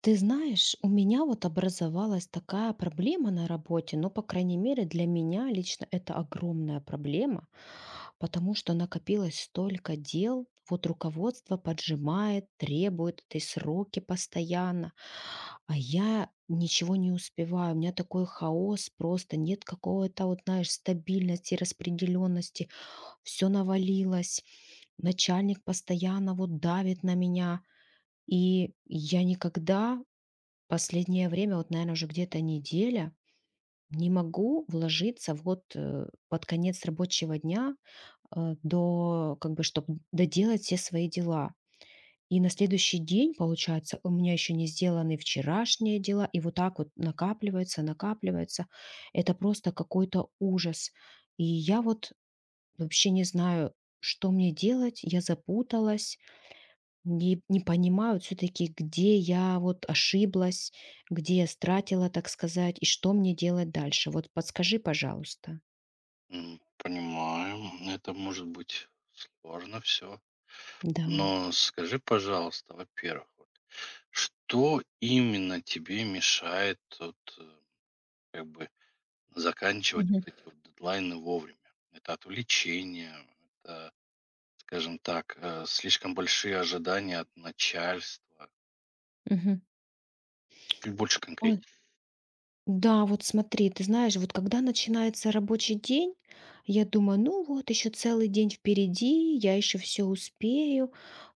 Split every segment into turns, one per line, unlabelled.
Ты знаешь, у меня вот образовалась такая проблема на работе, но, по крайней мере, для меня лично это огромная проблема, потому что накопилось столько дел, вот руководство поджимает, требует эти сроки постоянно, а я ничего не успеваю, у меня такой хаос, просто нет какого-то, вот знаешь, стабильности, распределенности, все навалилось, начальник постоянно вот давит на меня, и я никогда. Последнее время, вот, наверное, уже где-то неделя, не могу вложиться вот под конец рабочего дня до, как бы, чтобы доделать все свои дела. И на следующий день, получается, у меня еще не сделаны вчерашние дела, и вот так вот накапливается, накапливается. Это просто какой-то ужас. И я вот вообще не знаю, что мне делать, я запуталась, не понимают все таки, где я вот ошиблась, где я стратила, так сказать, и что мне делать дальше. Вот подскажи, пожалуйста.
Понимаю, это может быть сложно все.
Да.
Но скажи, пожалуйста, во-первых, вот что именно тебе мешает вот, как бы заканчивать
Мгм.
вот эти вот дедлайны вовремя? Это отвлечение, это, скажем так, слишком большие ожидания от начальства.
Мгм.
Чуть больше
Ой,
конкретики.
да, вот смотри, ты знаешь, вот когда начинается рабочий день, я думаю: «Ну вот, еще целый день впереди, я еще все успею».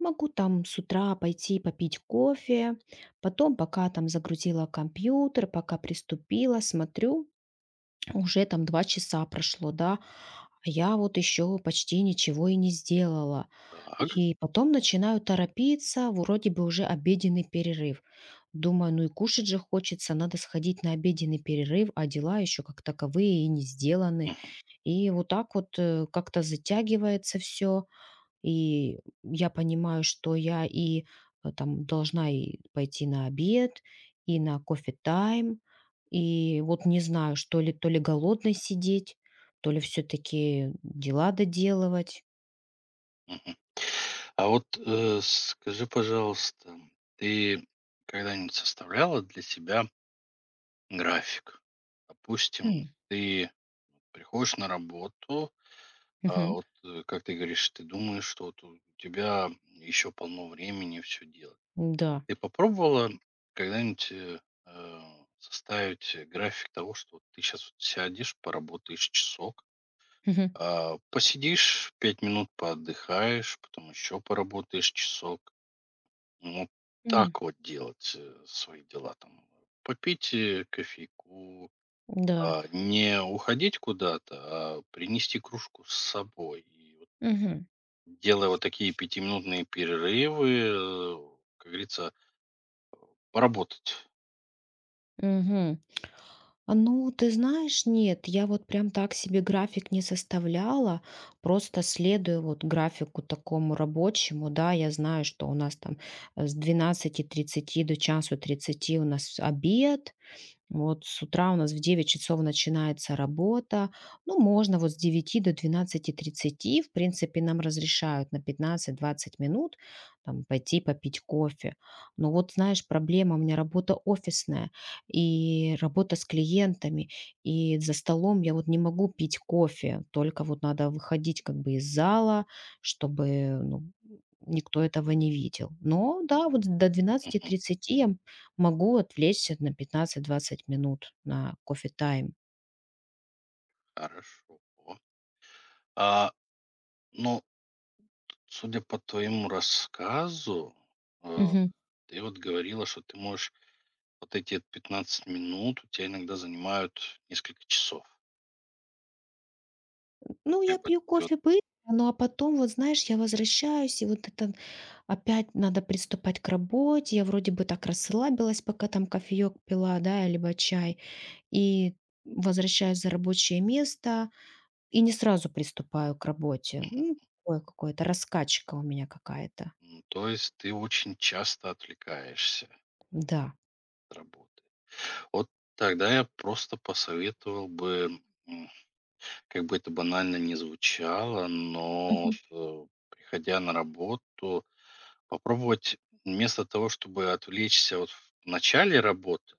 Могу там с утра пойти попить кофе, потом, пока там загрузила компьютер, пока приступила, смотрю, уже там 2 часа прошло, да, а я вот еще почти ничего и не сделала.
Так.
И потом начинаю торопиться, вроде бы уже обеденный перерыв. Думаю, ну и кушать же хочется, надо сходить на обеденный перерыв, а дела еще как таковые и не сделаны.
Мгм,
И вот так вот как-то затягивается все. И я понимаю, что я и, там должна и пойти на обед, и на кофе-тайм, и вот не знаю, что ли, то ли голодной сидеть, то ли все таки дела доделывать.
мгм. А вот, скажи, пожалуйста, ты когда-нибудь составляла для себя график. Допустим,
Хм.
ты приходишь на работу, а
Мгм.
вот, как ты говоришь, ты думаешь, что вот у тебя еще полно времени все делать.
Да.
Ты попробовала когда-нибудь, составить график того, что вот ты сейчас сядешь, поработаешь часок,
Мгм.
а, посидишь 5 минут, поотдыхаешь, потом еще поработаешь часок. Ну,
М.
так вот делать, свои дела там. Попить, кофейку,
Да.
а, не уходить куда-то, а принести кружку с собой. И вот,
Мгм.
делая вот такие пятиминутные перерывы, как говорится, поработать.
Мгм. А, ну, ты знаешь, нет, я вот прям так себе график не составляла, просто следую вот графику такому рабочему, да, я знаю, что у нас там с 12:30 до 13:30 у нас обед, вот с утра у нас в 9 часов начинается работа. Ну, можно вот с 9 до 12:30, в принципе, нам разрешают на 15-20 минут там пойти попить кофе. Но вот, знаешь, проблема, у меня работа офисная и работа с клиентами. И за столом я вот не могу пить кофе. Только вот надо выходить как бы из зала, чтобы, ну, никто этого не видел. Но да, вот до
Мгм.
12:30 я могу отвлечься на 15-20 минут на кофе-тайм.
Хорошо. А, но судя по твоему рассказу, э,
Мгм.
ты вот говорила, что ты можешь вот эти вот 15 минут у тебя иногда занимают несколько часов.
Ну, я
Как бы
пью
ты вот,
кофе быстро, ну, а потом, вот знаешь, я возвращаюсь, и вот это опять надо приступать к работе. Я вроде бы так расслабилась, пока там кофеек пила, да, либо чай, и возвращаюсь за рабочее место и не сразу приступаю к работе. Ну, такое какое-то, раскачка у меня какая-то.
то есть ты очень часто отвлекаешься
Да.
от работы. Вот тогда я просто посоветовал бы, м, как бы это банально не звучало, но вот,
Мгм.
приходя на работу, попробовать вместо того, чтобы отвлечься вот в начале работы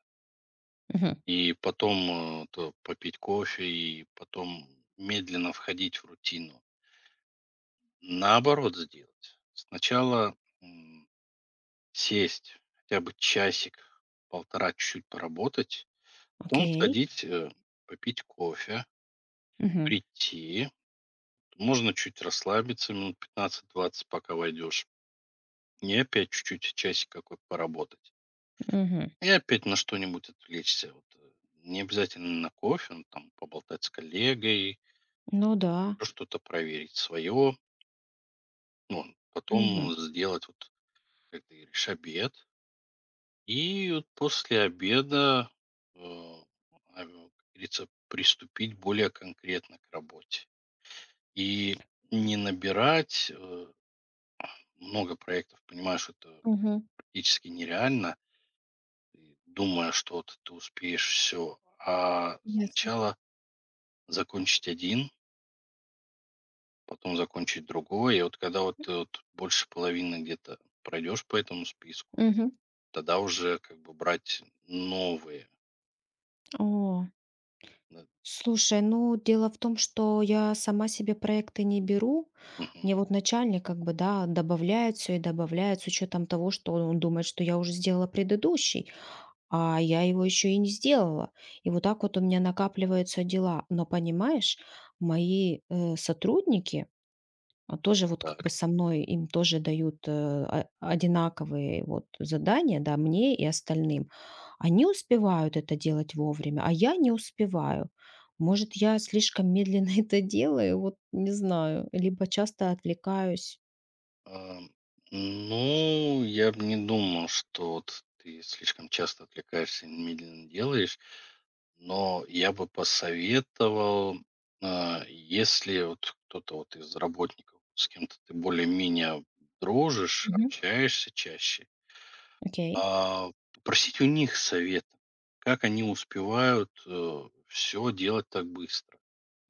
Мгм.
и потом то попить кофе и потом медленно входить в рутину, наоборот сделать. Сначала м, сесть хотя бы часик, полтора чуть-чуть поработать, потом
Окей.
сходить попить кофе,
Мгм.
прийти, можно чуть расслабиться минут 15-20 пока войдешь. И опять чуть-чуть, часик какой поработать.
Мгм.
И опять на что-нибудь отвлечься. Вот, не обязательно на кофе, ну, там поболтать с коллегой,
Ну да.
что-то проверить свое. Ну, потом
Мгм.
сделать, вот, как ты говоришь, обед. И вот после обеда, э, как говорится, приступить более конкретно к работе. И не набирать много проектов, понимаешь, это
Мгм.
практически нереально. И думая, что вот ты успеешь все. А
Ясно.
сначала закончить один, потом закончить другой. И вот когда вот ты вот больше половины где-то пройдешь по этому списку,
Мгм.
тогда уже как бы брать новые.
О,
Да.
слушай, ну дело в том, что я сама себе проекты не беру.
Мгм.
Мне вот начальник как бы, да, добавляет все и добавляет с учетом того, что он думает, что я уже сделала предыдущий, а я его еще и не сделала. И вот так вот у меня накапливаются дела. Но понимаешь, мои сотрудники, а, тоже вот как бы
Так.
со мной, им тоже дают, а одинаковые вот задания, да, мне и остальным. Они успевают это делать вовремя, а я не успеваю. Может, я слишком медленно это делаю, вот не знаю, либо часто отвлекаюсь.
Ам, Ну, я бы не думал, что вот ты слишком часто отвлекаешься и медленно делаешь. Но я бы посоветовал, если вот кто-то вот из работников, с кем-то ты более-менее дружишь,
Мгм.
общаешься чаще,
Окей.
а, попросить у них совета, как они успевают все делать так быстро.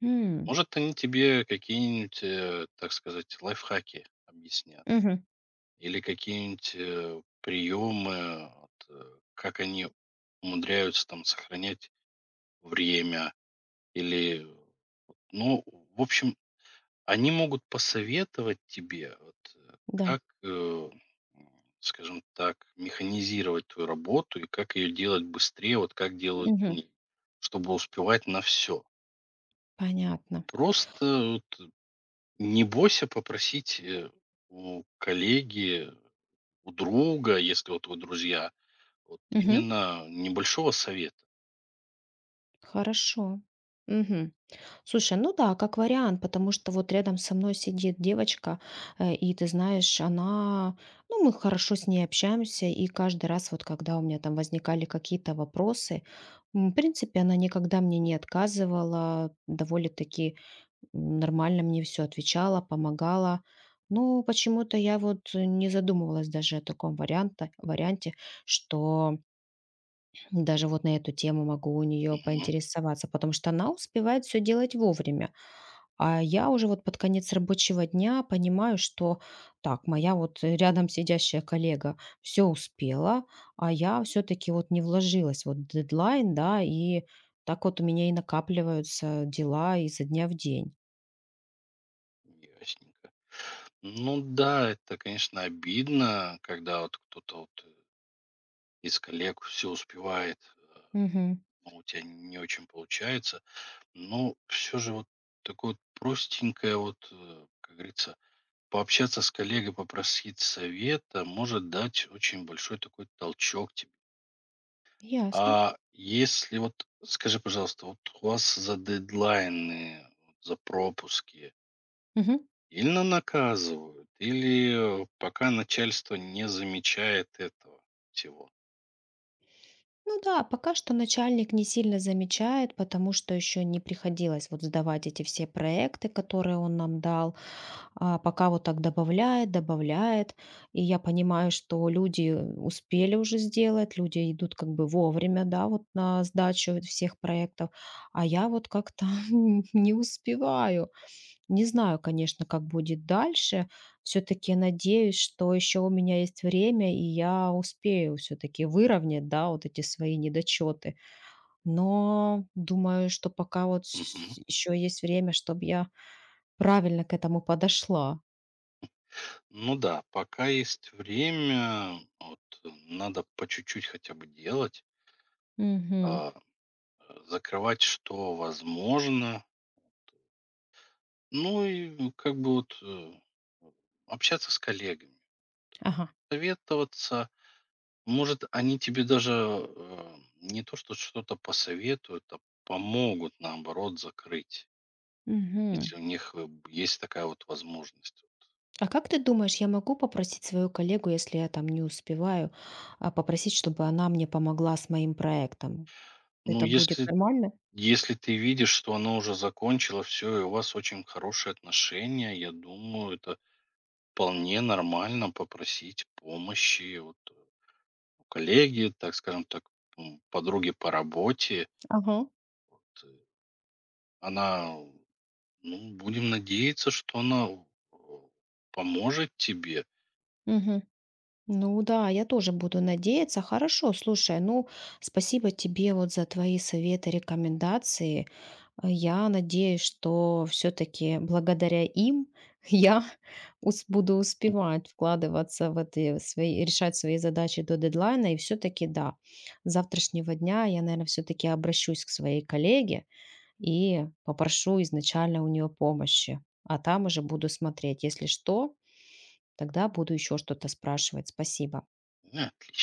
М,
Может, они тебе какие-нибудь, так сказать, лайфхаки объяснят
мгм,
или какие-нибудь приемы, как они умудряются там сохранять время, или, ну, в общем, они могут посоветовать тебе, вот,
да,
как, м, скажем так, механизировать твою работу и как ее делать быстрее, вот как делают
мгм,
они, чтобы успевать на все.
понятно.
Просто вот не бойся попросить у коллеги, у друга, если вот вы друзья, вот
Мгм.
именно небольшого совета.
Хорошо. Мгм. Слушай, ну да, как вариант, потому что вот рядом со мной сидит девочка, и ты знаешь, она, ну, мы хорошо с ней общаемся, и каждый раз вот, когда у меня там возникали какие-то вопросы, в принципе, она никогда мне не отказывала, довольно-таки нормально мне все отвечала, помогала. Но почему-то я вот не задумывалась даже о таком варианте, что даже вот на эту тему могу у нее
Мгм.
поинтересоваться, потому что она успевает все делать вовремя. А я уже вот под конец рабочего дня понимаю, что так, моя вот рядом сидящая коллега все успела, а я все-таки вот не вложилась. Вот дедлайн, да, и так вот у меня и накапливаются дела изо дня в день.
Ясненько. Ну да, это, конечно, обидно, когда вот кто-то вот из коллег все успевает,
Мгм.
но у тебя не очень получается. Но все же вот такое вот простенькое, вот, как говорится, пообщаться с коллегой, попросить совета, может дать очень большой такой толчок тебе.
Ясно.
А если вот, скажи, пожалуйста, вот у вас за дедлайны, вот за пропуски,
Мгм.
сильно наказывают или, пока начальство не замечает этого всего?
Ну да, пока что начальник не сильно замечает, потому что еще не приходилось вот сдавать эти все проекты, которые он нам дал. А пока вот так добавляет, добавляет, и я понимаю, что люди успели уже сделать, люди идут как бы вовремя, да, вот на сдачу всех проектов, а я вот как-то не успеваю. Не знаю, конечно, как будет дальше. Все-таки надеюсь, что еще у меня есть время, и я успею все-таки выровнять, да, вот эти свои недочеты. Но думаю, что пока вот
Мгм.
еще есть время, чтобы я правильно к этому подошла.
Ну да, пока есть время, вот надо по чуть-чуть хотя бы делать,
Мгм.
а, закрывать, что возможно. Ну и ну, как бы вот общаться с коллегами,
Ага.
советоваться. Может, они тебе даже не то, что что-то посоветуют, а помогут, наоборот, закрыть.
Мгм.
Если у них, э, б есть такая вот возможность.
А как ты думаешь, я могу попросить свою коллегу, если я там не успеваю, а, попросить, чтобы она мне помогла с моим проектом?
Ну,
Это будет
если
нормально?
ты видишь, что она уже закончила все и у вас очень хорошие отношения, я думаю, это вполне нормально попросить помощи вот у коллеги, так скажем так, подруги по работе.
Ага.
Т она, ну, будем надеяться, что она, поможет тебе.
Мгм. Ну да, я тоже буду надеяться. Хорошо, слушай, ну спасибо тебе вот за твои советы, рекомендации. Я надеюсь, что все-таки благодаря им я буду успевать вкладываться в эти свои, решать свои задачи до дедлайна. И все-таки да, с завтрашнего дня я, наверное, все-таки обращусь к своей коллеге и попрошу изначально у нее помощи. А там уже буду смотреть. Если что, тогда буду еще что-то спрашивать. Спасибо.
Ну и